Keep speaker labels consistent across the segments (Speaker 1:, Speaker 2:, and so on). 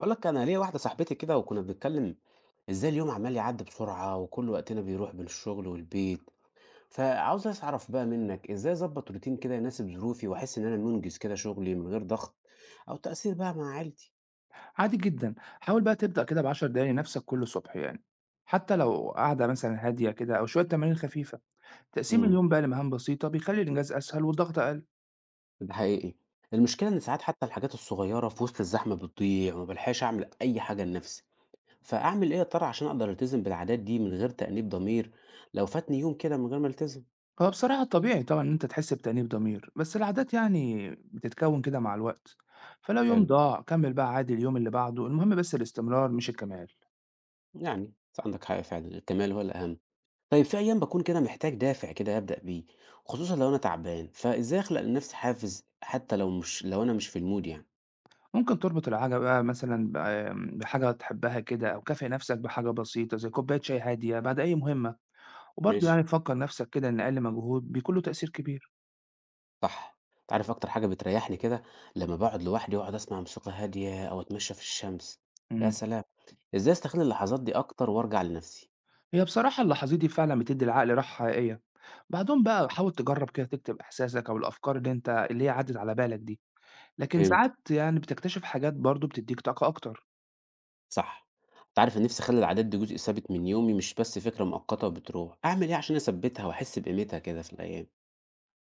Speaker 1: باقول لك أنا ليّا واحدة صاحبتي كده وكُنّا بنتكلّم إزاي اليوم عمّال يعدّي بسرعة وكل وقتنا بيروح بين الشغل والبيت، فعاوز أعرف بقى منّك إزاي أضبّط روتين كده يناسب ظروفي وأحس إن أنا مُنجز كده شغلي من غير ضغط أو تأثير بقى مع عيلتي؟
Speaker 2: عادي جدًا، حاول بقى تبدأ كده ب10 دقايق لنفسك كل صبح يعني، حتى لو قعدة مثلًا هادية كده أو شوية تمارين خفيفة، تقسيم
Speaker 1: إمم،
Speaker 2: اليوم بقى لمهام بسيطة بيخلّي الإنجاز أسهل والضغط أقل،
Speaker 1: ده حقيقي. المشكلة إن ساعات حتى الحاجات الصغيرة في وسط الزحمة بتضيع وما بالحقش أعمل أي حاجة لنَفْسي، فأعمل إيه يا ترى عشان أقدر ألتزم بالعادات دي من غير تأنيب ضمير لو فاتني يوم كده من غير ما ألتزم؟
Speaker 2: هو بصراحة طبيعي طبعًا إن أنت تحس بتأنيب ضمير، بس العادات يعني بتتكوّن كده مع الوقت، فلو يوم
Speaker 1: حلو،
Speaker 2: ضاع كمّل بقى عادي اليوم اللي بعده، المهم بس الاستمرار مش الكمال،
Speaker 1: يعني أنت عندك حق فعلًا، الكمال هو الأهم. طيب في أيام باكون كده محتاج دافع كده أبدأ بيه، خصوصًا لو أنا تعبان، فإزاي أخلق لنفسي حافز حتى لو مش لو أنا مش في المود يعني؟
Speaker 2: ممكن تربط العادة بقى مثلًا ب بحاجة تحبها كده أو كافئ نفسك بحاجة بسيطة زي كوباية شاي هادية بعد أي مهمة، وبرضه
Speaker 1: ماشي.
Speaker 2: يعني تفكّر نفسك كده إن أقل مجهود بيكون له تأثير كبير.
Speaker 1: صح، أنت عارف أكتر حاجة بتريحني كده لما باقعد لوحدي وأقعد أسمع موسيقى هادية أو أتمشى في الشمس، يا
Speaker 2: إمم.
Speaker 1: سلام! إزاي أستغل اللحظات دي أكتر وأرجع لنفسي؟
Speaker 2: هي بصراحة اللحظات دي فعلًا بتدّي العقل راحة حقيقية. بعدهم
Speaker 1: إمم.
Speaker 2: بقى حاول تجرّب كده تكتب إحساسك أو الأفكار اللي عدِّت على بالك دي، لكن
Speaker 1: فهمت،
Speaker 2: ساعات يعني بتكتشف حاجات برضه بتدّيك طاقة أكتر.
Speaker 1: صح، أنت عارف أنا نفسي أخلي العادات دي جزء ثابت من يومي مش بس فكرة مؤقتة وبتروح، أعمل إيه عشان أثبتها وأحس بقيمتها كده في الأيام؟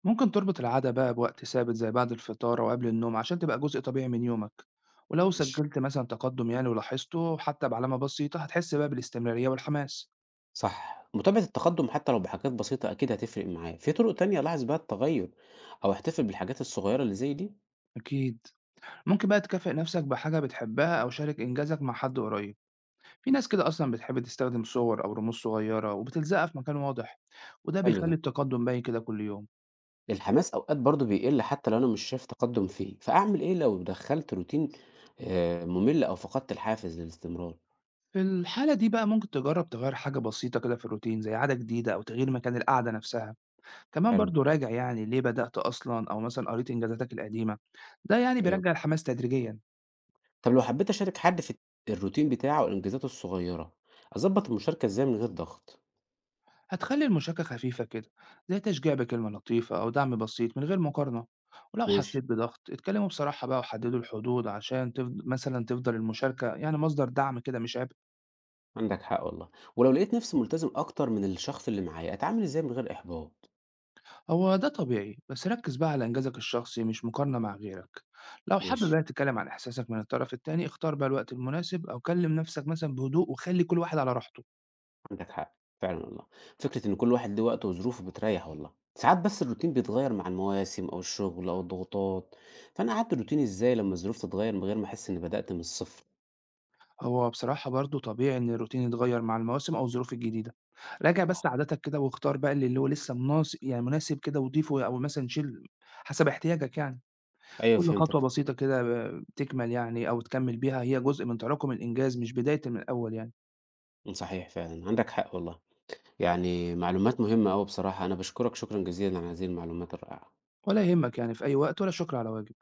Speaker 2: ممكن تربط العادة بقى بوقت ثابت زي بعد الفطار أو قبل النوم عشان تبقى جزء طبيعي من يومك، ولو
Speaker 1: ماشي.
Speaker 2: سجّلت مثلًا تقدُّم يعني ولاحظته حتى بعلامة بسيطة، هتحس بقى بالاستمرارية والحماس.
Speaker 1: صح، متابعة التقدم حتى لو بحاجات بسيطة أكيد هتفرق معاه في طرق تانية ألاحظ بيها التغير أو أحتفل بالحاجات الصغيرة اللي زي دي.
Speaker 2: أكيد. ممكن بقى تكافئ نَفْسك بحاجة بتحبها أو شارك إنجازك مع حد قريب. في ناس كده أصلا بتحب تستخدم صور أو رموز صغيرة وبتلزقها في مكان واضح وده
Speaker 1: حلو ده.
Speaker 2: بيخلي التقدم باين كده كل يوم.
Speaker 1: الحماس أوقات برضو بيقل حتى لو أنا مش شايف تقدم فيه، فأعمل إيه لو دخلت روتين ممل أو فقدت الحافز للاستمرار؟
Speaker 2: في الحالة دي بقى ممكن تجرب تغير حاجة بسيطة كده في الروتين زي عادة جديدة أو تغيير مكان القعدة نفسها، كمان
Speaker 1: حلو.
Speaker 2: برضو راجع يعني ليه بدأت أصلا أو مثلا قريت إنجازاتك القديمة. ده يعني
Speaker 1: أيوه.
Speaker 2: بيرجع الحماس تدريجيا.
Speaker 1: طب لو حبيت أشارك حد في الروتين بتاعه وإنجازاته الصغيرة، أظبط المشاركة إزاي من غير ضغط؟
Speaker 2: هتخلي المشاركة خفيفة كده زي تشجيع بكلمة لطيفة أو دعم بسيط من غير مقارنة، ولو
Speaker 1: ماشي.
Speaker 2: حسيت بضغط اتكلموا بصراحة بقى وحددوا الحدود عشان تفضل المشاركة يعني مصدر دعم كده مش عبء.
Speaker 1: عندك حق والله. ولو لقيت نفسي ملتزم أكتر من الشخص اللي معايا، أتعامل إزاي من غير إحباط؟
Speaker 2: هو ده طبيعي بس ركز بقى على إنجازك الشخصي مش مقارنة مع غيرك، لو حابب
Speaker 1: ماشي.
Speaker 2: بقى تتكلم عن إحساسك من الطرف التاني اختار بقى الوقت المناسب أو كلم نفسك مثلا بهدوء وخلي كل واحد على راحته.
Speaker 1: عندك حق فعلا والله. فكرة إن كل واحد له وقته وظروفه بتريح والله. ساعات بس الروتين بيتغير مع المواسم أو الشغل أو الضغوطات، فأنا قعدت الروتين إزاي لما الظروف تتغير من غير ما أحس إني بدأت من الصفر؟
Speaker 2: هو بصراحة برضو طبيعي إن الروتين يتغير مع المواسم أو الظروف الجديدة، راجع بس
Speaker 1: صح.
Speaker 2: عاداتك كده واختار بقى اللي هو لسه مناسب كده وضيفه أو مثلا شيل حسب احتياجك يعني.
Speaker 1: أيوه
Speaker 2: كل خطوة
Speaker 1: فهمتك.
Speaker 2: بسيطة كده تكمل يعني أو تكمل بيها هي جزء من تراكم الإنجاز مش بداية من الأول يعني.
Speaker 1: صحيح فعلا، عندك حق والله. يعني معلومات مهمة أوي بصراحة. أنا بشكرك شكرا جزيلا على هذه المعلومات الرائعة.
Speaker 2: ولا يهمك يعني في أي وقت ولا شكر على واجب.